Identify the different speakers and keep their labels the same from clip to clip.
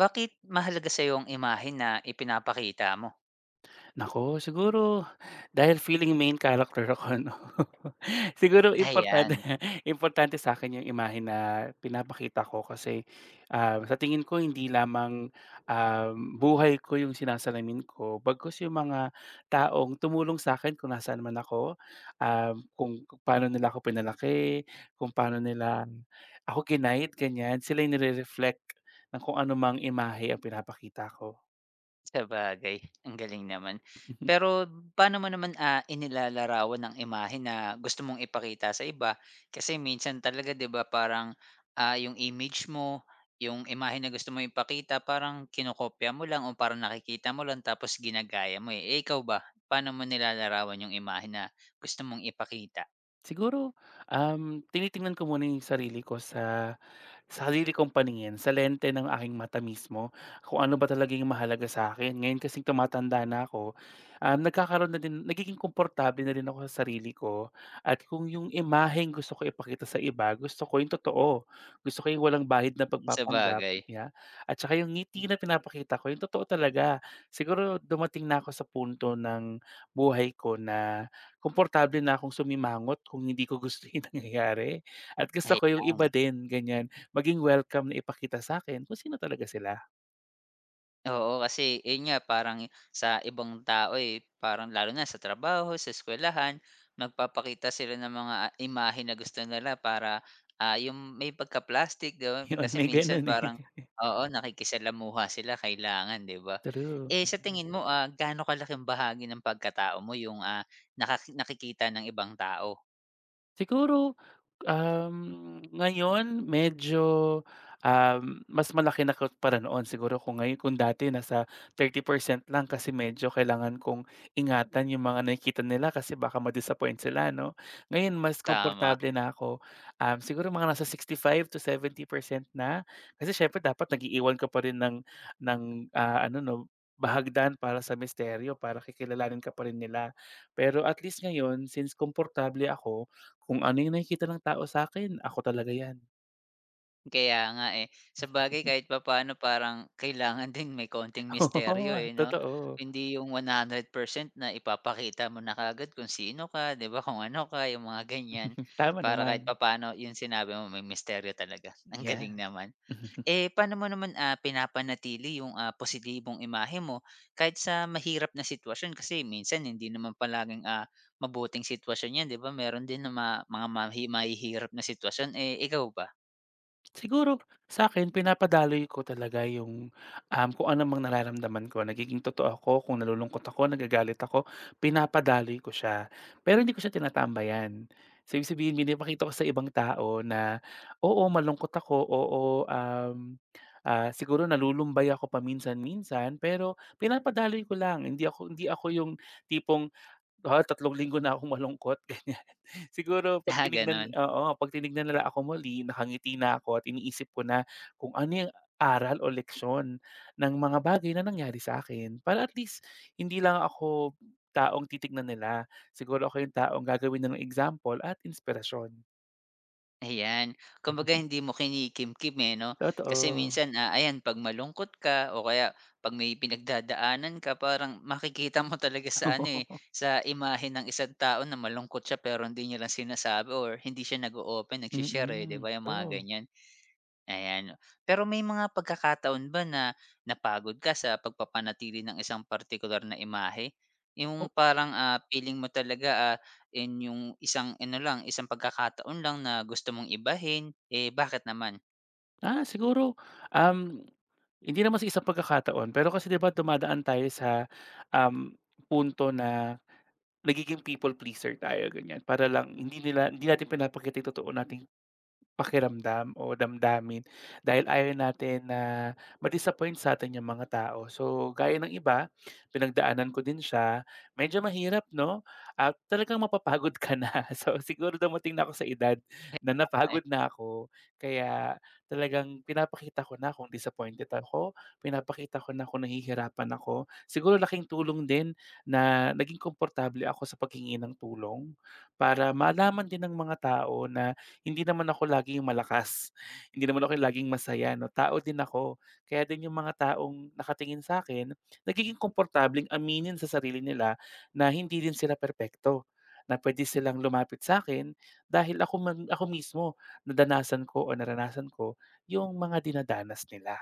Speaker 1: Bakit mahalaga sa'yo ang imahe na ipinapakita mo?
Speaker 2: Naku, siguro dahil feeling main character ako 'no. Siguro
Speaker 1: Ayan,
Speaker 2: importante importante sa akin yung imahe na pinapakita ko kasi, sa tingin ko hindi lamang, um, buhay ko yung sinasalamin ko bagkus yung mga taong tumulong sa akin kung nasaan man ako, kung paano nila ako pinalaki, kung paano nila ako giniide, ganyan. Sila yung nire-reflect ng kung ano mang imahe ang pinapakita ko.
Speaker 1: sabagay ang galing naman. Pero paano mo naman, inilalarawan ang imahe na gusto mong ipakita sa iba? Kasi minsan talaga 'di ba parang, yung image mo, yung imahe na gusto mong ipakita parang kinokopya mo lang o parang nakikita mo lang tapos ginagaya mo, eh. Eh, ikaw ba, paano mo nilalarawan yung imahe na gusto mong ipakita?
Speaker 2: Siguro, tinitingnan ko muna yung sarili ko sa sarili kong paningin, sa lente ng aking mata mismo, kung ano ba talaga yung mahalaga sa akin ngayon kasing tumatanda na ako. Nagkakaroon na din nagiging komportable na rin ako sa sarili ko, at kung yung imaheng gusto ko ipakita sa iba, gusto ko yung totoo. Gusto ko yung walang bahid na pagpapanggap,
Speaker 1: Sabagay,
Speaker 2: yeah, at saka yung ngiti na pinapakita ko, yung totoo talaga. Siguro dumating na ako sa punto ng buhay ko na komportable na akong sumimangot kung hindi ko gusto yung nangyayari, at gusto ko yung
Speaker 1: ayan.
Speaker 2: iba din, ganyan, maging welcome na ipakita sa'kin kung sino talaga sila.
Speaker 1: Oo, kasi yun nga parang sa ibang tao, eh, parang lalo na sa trabaho, sa eskuwelahan, nagpapakita sila ng mga imahe na gusto nila para, yung may pagka-plastic, 'di ba?
Speaker 2: Yun,
Speaker 1: Kasi
Speaker 2: may
Speaker 1: minsan
Speaker 2: ganun, eh.
Speaker 1: parang oo, nakikisalamuha sila kailangan, 'di ba?
Speaker 2: True.
Speaker 1: Eh, sa tingin mo, gaano kalaking bahagi ng pagkatao mo yung, nakikita ng ibang tao?
Speaker 2: Siguro, ngayon medyo, mas malaki na para noon. Siguro kung ngayon kung dati nasa 30% lang, kasi medyo kailangan kong ingatan yung mga nakikita nila kasi baka ma-disappoint sila 'no. Ngayon mas
Speaker 1: Tama.
Speaker 2: komportable na ako, siguro mga nasa 65 to 70% na. Kasi siyempre dapat nag-iiwan ka pa rin ng ng ano 'no, bahagdan para sa misteryo para kikilalanin ka pa rin nila. Pero at least ngayon since komportable ako kung ano yung nakikita ng tao sa'kin, ako talaga 'yan.
Speaker 1: Kaya nga, eh. Sabagay kahit papaano parang kailangan din may konting misteryo,
Speaker 2: Oo,
Speaker 1: eh, 'no?
Speaker 2: totoo.
Speaker 1: Hindi yung 100% na ipapakita mo na kaagad kung sino ka, 'di ba, kung ano ka, yung mga ganyan.
Speaker 2: Tama
Speaker 1: Para kahit
Speaker 2: naman.
Speaker 1: papaano yung sinabi mo may misteryo talaga. Ang
Speaker 2: Yeah.
Speaker 1: galing naman. Eh, paano mo naman, pinapanatili yung, positibong imahe mo kahit sa mahirap na sitwasyon? Kasi minsan hindi naman palaging, mabuting sitwasyon 'yan, 'di ba? Meron din na mga mahihirap na sitwasyon. Eh, ikaw ba?
Speaker 2: Siguro sa akin pinapadaloy ko talaga yung, kung ano mang nararamdaman ko. Nagiging totoo ako, kung nalulungkot ako, nagagalit ako, pinapadaloy ko siya. Pero hindi ko siya tinatambayan. So, ibig sabihin pinapakita ko sa ibang tao na, oo, malungkot ako, oo, um, siguro nalulumbay ako paminsan-minsan, pero pinapadaloy ko lang. Hindi ako yung tipong 3 linggo na akong malungkot, ganyan. Siguro 'pag
Speaker 1: Ah,
Speaker 2: tinignan
Speaker 1: gano'n.
Speaker 2: oo, 'pag tinignan nila ako muli nakangiti na ako at iniisip ko na kung ano yung aral o leksyon ng mga bagay na nangyari sa'kin. Para at least hindi lang ako taong titignan nila, siguro ako yung taong gagawin ng example at inspirasyon.
Speaker 1: Ayan. Kumbaga hindi mo kinikimkim, eh, 'no? Kasi
Speaker 2: Totoo.
Speaker 1: minsan, ayan 'pag malungkot ka o kaya 'pag may pinagdadaanan ka parang makikita mo talaga sa ano, eh, sa imahe ng isang tao na malungkot siya pero hindi niya lang sinasabi or hindi siya nag-o-open,
Speaker 2: Oo.
Speaker 1: nagshi-share, eh, 'di
Speaker 2: Mm,
Speaker 1: ba, yung mga
Speaker 2: so.
Speaker 1: ganyan. Ayan. Pero may mga pagkakataon ba na napagod ka sa pagpapanatili ng isang partikular na imahe? Yung parang, feeling mo talaga, yung isang ano lang, isang pagkakataon lang na gusto mong ibahin, eh, bakit naman?
Speaker 2: Siguro, um, hindi naman sa isang pagkakataon, pero kasi 'di ba dumadaan tayo sa, um, punto na nagiging people pleaser tayo, ganyan. Para lang hindi natin pinapakita yung totoo nating pakiramdam o damdamin dahil ayaw natin na ma-disappoint sa'tin yung mga tao. So, gaya ng iba, pinagdaanan ko din siya, medyo mahirap 'no, at talagang mapapagod ka na. So, siguro dumating na ako sa edad na
Speaker 1: Tama, eh.
Speaker 2: napagod na ako, kaya talagang pinapakita ko na kung disappointed ako, pinapakita ko na kung nahihirapan ako. Siguro laking tulong din na naging komportable ako sa paghingi ng tulong para malaman din ng mga tao na hindi naman ako laging malakas, hindi naman ako laging masaya 'no, tao din ako. Kaya din yung mga taong nakatingin sa akin nagiging komportableng aminin sa sarili nila na hindi din sila perpekto, na pwede silang lumapit sa akin dahil ako man ako mismo nadanasan ko o naranasan ko yung mga dinadanas nila.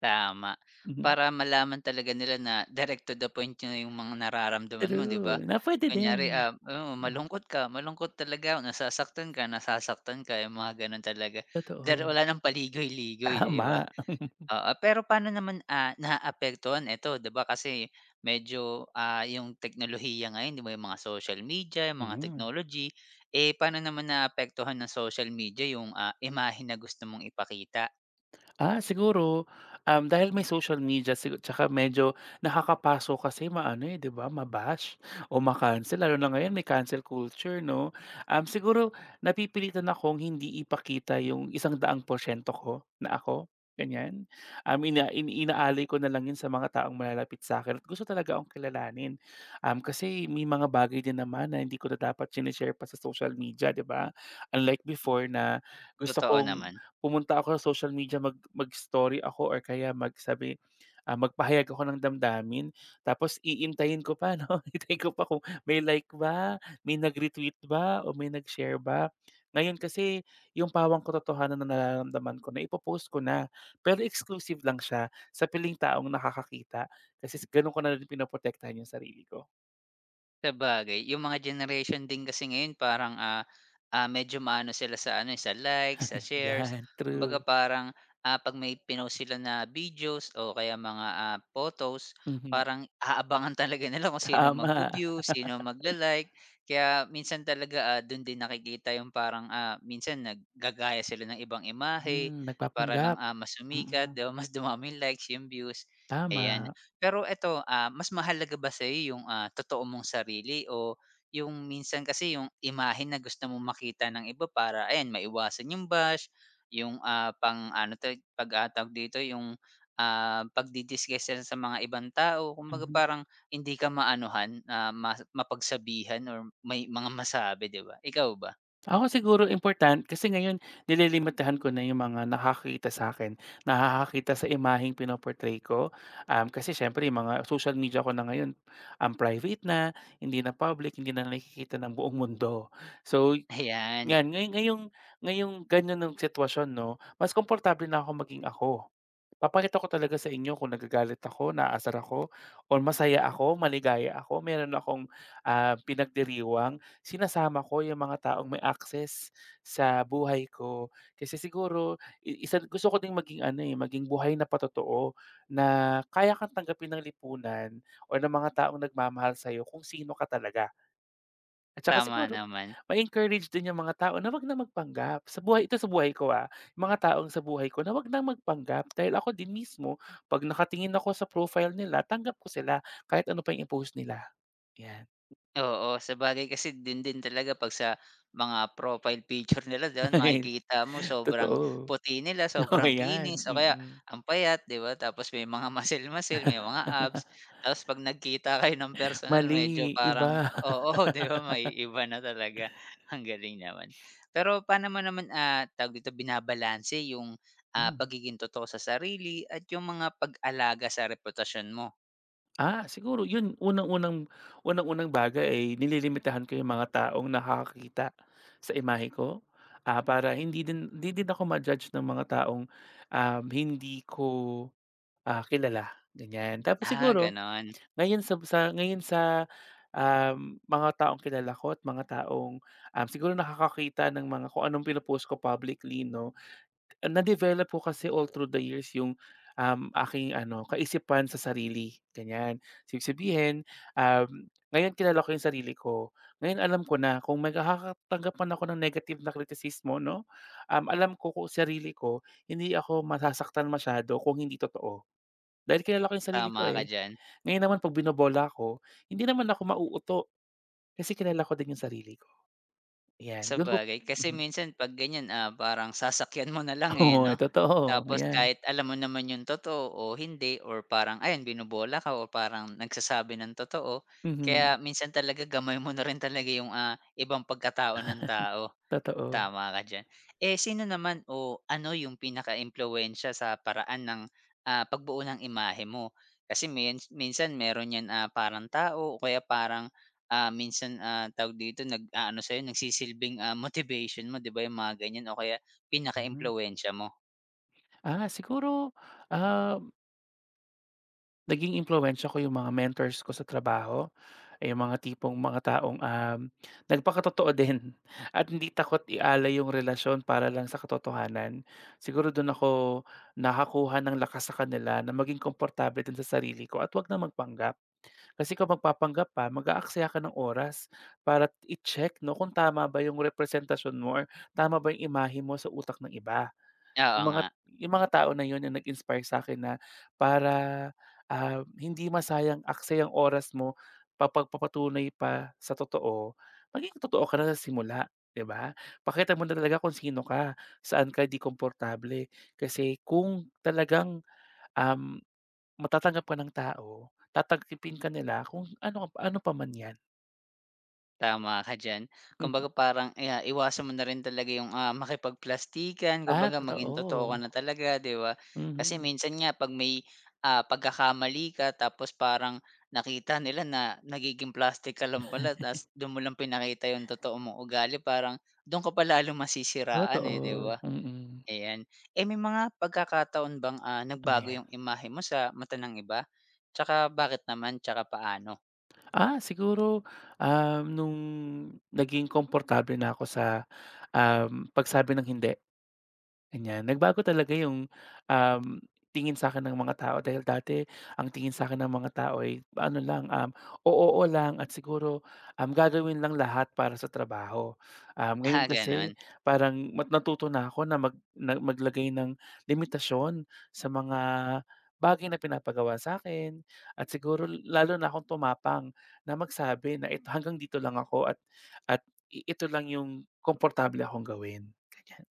Speaker 1: Tama.
Speaker 2: Mhm,
Speaker 1: Para malaman talaga nila na direct to the point na yung mga nararamdaman mo, 'di ba?
Speaker 2: true, na puwede
Speaker 1: Kunyari,
Speaker 2: din.
Speaker 1: oo, malungkot ka, malungkot talaga, nasasaktan ka, yung mga gano'n talaga.
Speaker 2: Totoo,
Speaker 1: Wala ng paligoy-ligoy, 'di ba?
Speaker 2: tama.
Speaker 1: Oo, pero paano naman, naaapektuhan eto 'di ba kasi medyo, yung teknolohiya ngayon 'di ba yung mga social media, yung mga
Speaker 2: Mhm.
Speaker 1: technology, eh, paano naman naaapektuhan ng social media yung, imahe na gusto mong ipakita?
Speaker 2: Siguro, dahil may social media tsaka medyo nakakapaso kasi maano, eh, 'di ba, mabash o lalo na ngayon may cancel culture 'no. Siguro napipilitan akong hindi ipakita yung 100% ko na ako, ganyan. Inaalay ko na lang yun sa mga taong malalapit sa'kin at gusto talaga akong kilalanin. Kasi may mga bagay din naman na hindi ko na dapat shine-share pa sa social media, 'di ba? Unlike before na gusto
Speaker 1: Totoo
Speaker 2: kong
Speaker 1: naman.
Speaker 2: pumunta ako sa social media, mag-story ako, or kaya magsabi, magpahayag ako ng damdamin, tapos iintayin ko pa 'no, hintayin ko pa kung may like ba, may nag-retweet ba, o may nag-share ba. Ngayon kasi yung pawang katotohanan na nararamdaman ko na ipopost ko na, pero exclusive lang siya sa piling taong nakakakita kasi s gano'n ko na rin pinoprotektahan yung sarili ko.
Speaker 1: Sabagay, yung mga generation din kasi ngayon parang, medyo maano sila sa ano, eh, sa likes, sa shares.
Speaker 2: Yan,
Speaker 1: Kumbaga
Speaker 2: true.
Speaker 1: parang, 'pag may pinost sila na videos o kaya mga, photos,
Speaker 2: Mhm,
Speaker 1: parang aabangan talaga nila kung sino
Speaker 2: tama.
Speaker 1: magvi-view, sino magla-like. Kaya minsan talaga, dun din nakikita yung parang, minsan naggagaya sila ng ibang imahe
Speaker 2: Hmm,
Speaker 1: para lang,
Speaker 2: nagpapanggap.
Speaker 1: mas sumikat,
Speaker 2: Mm,
Speaker 1: 'di ba, mas dumaming likes, yung views, ayan.
Speaker 2: tama.
Speaker 1: Pero eto, mas mahalaga ba sa'yo yung, totoo mong sarili o yung minsan kasi yung imahe na gusto mong makita ng iba para ayan maiwasan yung bash, yung, pang ano 'to, pag, dito, yung, nila sa mga ibang tao. Kumbaga
Speaker 2: Mhm.
Speaker 1: parang hindi ka maanuhan, mapagsabihan or may mga masabi, 'di ba? Ikaw ba?
Speaker 2: Ako siguro important kasi ngayon nililimitahan ko na yung mga nakakita sa akin, nakakakita sa imaheng pino-portray ko. Kasi siyempre yung mga social media ko na ngayon, private na, hindi na public, hindi na nakikita ng buong mundo. So,
Speaker 1: Ayan,
Speaker 2: 'yan ngayong gano'n ang sitwasyon 'no, mas komportable na ako maging ako. Papakita ko talaga sa inyo kung nagagalit ako, naaasar ako, o masaya ako, maligaya ako. Meron akong, pinagdiriwang, sinasama ko yung mga taong may access sa buhay ko. Kasi siguro isa, gusto ko ding maging ano, eh, maging buhay na patotoo na kaya kang tanggapin ng lipunan o ng mga taong nagmamahal sa'yo kung sino ka talaga. At saka
Speaker 1: tama
Speaker 2: siguro
Speaker 1: naman.
Speaker 2: ma-encourage din yung mga tao na wag na magpanggap. Sa buhay ko, yung mga taong sa buhay ko na wag nang magpanggap dahil ako din mismo 'pag nakatingin ako sa profile nila tanggap ko sila kahit ano pa yung i-post nila, 'yan.
Speaker 1: Oo, sabagay kasi dun din talaga 'pag sa mga profile picture nila do'n makikita mo sobrang
Speaker 2: Totoo,
Speaker 1: puti nila,
Speaker 2: oo
Speaker 1: sobrang
Speaker 2: 'yan,
Speaker 1: kinis o kaya
Speaker 2: mm.
Speaker 1: ang payat, 'di ba? Tapos may mga muscle-muscle, may mga abs. Tapos 'pag nagkita kayo ng personal medyo
Speaker 2: Mali,
Speaker 1: parang
Speaker 2: iba.
Speaker 1: oo, 'di ba, maiiba na talaga. Ang galing naman. Pero paano mo naman, tawag dito, binabalanse yung,
Speaker 2: Hmm.
Speaker 1: pagiging totoo sa sarili at yung mga pag-alaga sa reputasyon mo?
Speaker 2: Siguro yun unang-unang bagay ay nililimitahan ko yung mga taong nakakakita sa imahe ko, para hindi din ako ma-judge ng mga taong, hindi ko, kilala, ganyan. Tapos
Speaker 1: Ah,
Speaker 2: siguro
Speaker 1: gano'n.
Speaker 2: ngayon sa ngayon sa, mga taong kilala ko at mga taong, siguro nakakakita ng mga kung anong pino-post ko publicly 'no, na-develop ko kasi all through the years yung, aking ano, kaisipan sa sarili, ganyan. So, ibig sabihin, um, ngayon kilala ko yung sarili ko. Ngayon alam ko na kung makakatanggap man ako ng negative na kritisismo 'no, alam ko kung sarili ko, hindi ako masasaktan masyado kung hindi totoo. Dahil kilala ko yung sarili ko,
Speaker 1: Tama ka
Speaker 2: eh.
Speaker 1: diyan.
Speaker 2: Ngayon naman 'pag binobola ko, hindi naman ako mauuto kasi kilala ko din yung sarili ko, ayan. Do'n ko.
Speaker 1: Sabagay, kasi
Speaker 2: Mhm.
Speaker 1: minsan 'pag ganyan, parang sasakyan mo na lang, eh,
Speaker 2: Oo,
Speaker 1: 'no?
Speaker 2: eh, totoo,
Speaker 1: Tapos
Speaker 2: ayan.
Speaker 1: kahit alam mo naman yung totoo o hindi or parang ayan binobola ka o parang nagsasabi ng totoo, kaya
Speaker 2: Mhm,
Speaker 1: minsan talaga gamay mo na rin talaga yung, ibang pagkatao ng tao.
Speaker 2: totoo.
Speaker 1: Tama ka diyan. Eh, sino naman o ano yung pinakaimpluwensiya sa paraan ng, pagbuo ng imahe mo? Kasi minsan meron 'yan, parang tao o kaya parang minsan, tawag dito, nag-aano sa'yo, nagsisilbing, motivation mo, 'di ba, yung mga ganyan o kaya
Speaker 2: Mhm.
Speaker 1: pinaka-impluwensiya mo.
Speaker 2: Ah, siguro, ah, Naging impluwensiya ko yung mga mentors ko sa trabaho, ay yung mga tipong mga taong, nagpakatotoo din at hindi takot ialay yung relasyon para lang sa katotohanan. Siguro dun ako nakakuha ng lakas sa kanila na maging komportable din sa sarili ko at wag na magpanggap. Kasi kung magpapanggap pa, mag-aaksaya ka ng oras para i-check 'no, kung tama ba yung representasyon mo or tama ba yung imahe mo sa utak ng iba.
Speaker 1: Oo
Speaker 2: Yung mga
Speaker 1: nga,
Speaker 2: yung mga tao na yun ang nag-inspire sa'kin na, para, hindi masayang aksayang oras mo pa pa sa totoo, maging totoo ka na sa simula, 'di ba? Pakita mo na talaga kung sino ka, saan ka 'di komportable. Kasi kung talagang, um, matatanggap ka ng tao, tatanggapin ka nila kung ano ano pa man 'yan.
Speaker 1: tama ka diyan. Kumbaga parang, iwasan mo na rin talaga yung, makipagplastikan,
Speaker 2: Ah,
Speaker 1: kumbaga maging totoo ka na
Speaker 2: totoo.
Speaker 1: talaga, 'di ba? Kasi
Speaker 2: Mhm.
Speaker 1: minsan nga 'pag may, pagkakamali ka tapos parang nakita nila na nagiging plastic ka lang pala ta's do'n mo lang pinakita yung totoo mong ugali, parang do'n ka pa lalo masisiraan, eh, 'di
Speaker 2: Totoo,
Speaker 1: ba?
Speaker 2: mm.
Speaker 1: Ayan. Eh, may mga pagkakataon bang,
Speaker 2: Ano
Speaker 1: nagbago yung
Speaker 2: 'yan?
Speaker 1: imahe mo sa mata ng iba? Tsaka bakit naman, tsaka paano?
Speaker 2: Siguro, nung naging komportable na ako sa, pagsabi ng hindi. Ganyan, nagbago talaga yung, um, tingin sa akin ng mga tao dahil dati ang tingin sa akin ng mga tao ay ano lang, o-oo lang, at siguro, gagawin lang lahat para sa trabaho.
Speaker 1: Ah,
Speaker 2: Ngayon
Speaker 1: gano'n.
Speaker 2: kasi parang natuto na ako na maglagay ng limitasyon sa mga bagay na pinapagawa sa'kin, at siguro lalo na akong tumapang na magsabi na, "Ito hanggang dito lang ako, at ito lang yung komportable akong gawin." Ganyan.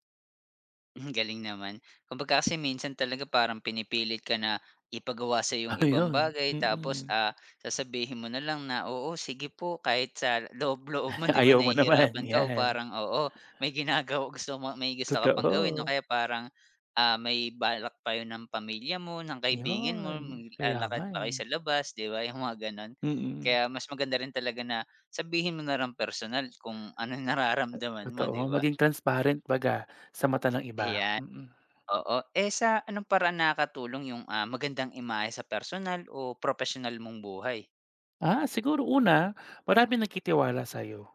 Speaker 1: Hmm, galing naman. Kumbaga kasi minsan talaga parang pinipilit ka na ipagawa sa yung ibang
Speaker 2: Ayun,
Speaker 1: bagay tapos,
Speaker 2: mm.
Speaker 1: sasabihin mo na lang na, "Oo, sige po." Kahit sa loob-loob mo 'di ba
Speaker 2: Ayaw mo naman,
Speaker 1: nahihirapan ka o
Speaker 2: 'yan.
Speaker 1: parang, oo, may gusto ka pang gawin o
Speaker 2: Totoo,
Speaker 1: kaya parang, may balak pa kayo ng pamilya mo, ng kaibigan mo,
Speaker 2: yon. Kaya
Speaker 1: maglalakad
Speaker 2: nga,
Speaker 1: pa kayo
Speaker 2: eh.
Speaker 1: sa labas 'di ba, yung mga gano'n.
Speaker 2: Mm,
Speaker 1: Kaya mas maganda rin talaga na sabihin mo na lang personal kung ano nararamdaman mo 'di
Speaker 2: totoo.
Speaker 1: ba?
Speaker 2: Maging transparent baga sa mata ng iba,
Speaker 1: Ayan.
Speaker 2: mm.
Speaker 1: Oo. Eh, sa anong paraan nakakatulong yung, magandang imahe sa personal o professional mong buhay?
Speaker 2: Ah, siguro una, maraming nagtitiwala sa'yo.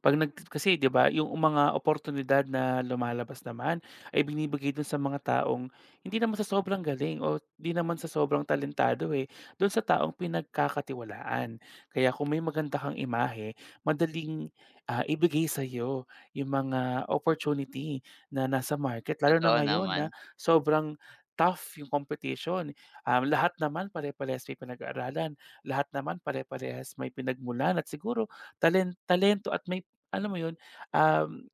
Speaker 2: 'Pag kasi 'di ba yung mga oportunidad na lumalabas naman ay binibigay dun sa mga taong hindi naman sa sobrang galing o hindi naman sa sobrang talentado, eh, dun sa taong pinagkakatiwalaan. Kaya kung may maganda kang imahe, madaling, ibigay sa'yo yung mga opportunity na nasa market lalo na
Speaker 1: Totoo
Speaker 2: ngayon na
Speaker 1: naman.
Speaker 2: sobrang tough yung competition. Lahat naman pare-parehas may pinag-aralan, lahat naman pare-parehas may pinagmulan at siguro talento at may alam mo yun, um,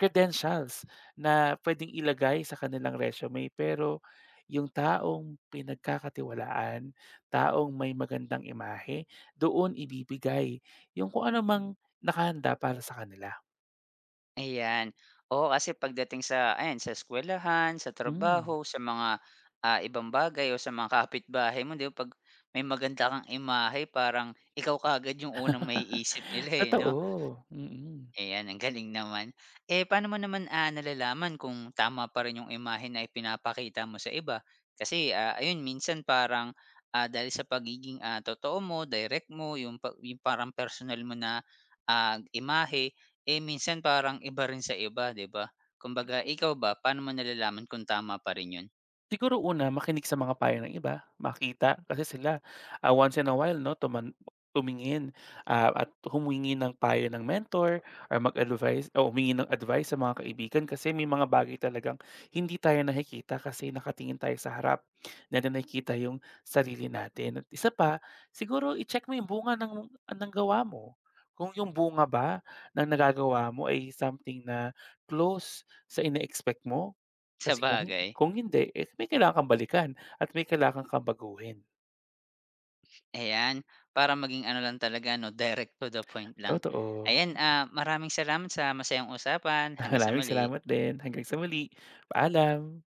Speaker 2: credentials na puwedeng ilagay sa kanilang resume, pero yung taong pinagkakatiwalaan, taong may magandang imahe, doon ibibigay yung kung ano mang nakahanda para sa kanila.
Speaker 1: Ayan. Oo, kasi pagdating sa ayan, sa eskwelahan sa
Speaker 2: Hmm.
Speaker 1: trabaho, sa mga, ibang bagay o sa mga kapitbahay mo, 'di ba, 'pag may maganda kang imahe parang ikaw kaagad yung unang may isip nila, eh, 'no?
Speaker 2: Totoo, mm.
Speaker 1: Ayan, ang galing naman. Eh, paano mo naman, nalalaman kung tama pa rin yung imahe na ipinapakita mo sa iba? Kasi, ayun minsan parang, dahil sa pagiging, totoo mo, direct mo, yung parang personal mo na, imahe, eh, minsan parang iba rin sa iba, 'di ba? Kumbaga, ikaw ba, paano mo nalalaman kung tama pa rin yun?
Speaker 2: Siguro una, makinig sa mga payo ng iba, makita kasi sila, once in a while 'no, tumingin, at humingi ng payo ng mentor or mag-advice o humingi ng advice sa mga kaibigan kasi may mga bagay talagang hindi tayo nakikita kasi nakatingin tayo sa harap. Na natin nakikita yung sarili natin. At isa pa, siguro i-check mo yung bunga ng gawa mo. Kung yung bunga ba ng nagagawa mo ay something na close sa ine-expect mo? Kasi kung hin
Speaker 1: Sabagay,
Speaker 2: kung hindi, eh, may kailangan kang balikan at may kailangan kang baguhin.
Speaker 1: ayan, para maging ano lang talaga 'no, direct to the point lang.
Speaker 2: Totoo.
Speaker 1: Ayan, maraming salamat sa masayang usapan. Hanggang sa
Speaker 2: Maraming
Speaker 1: muli.
Speaker 2: salamat din. Hanggang sa muli. Paalam.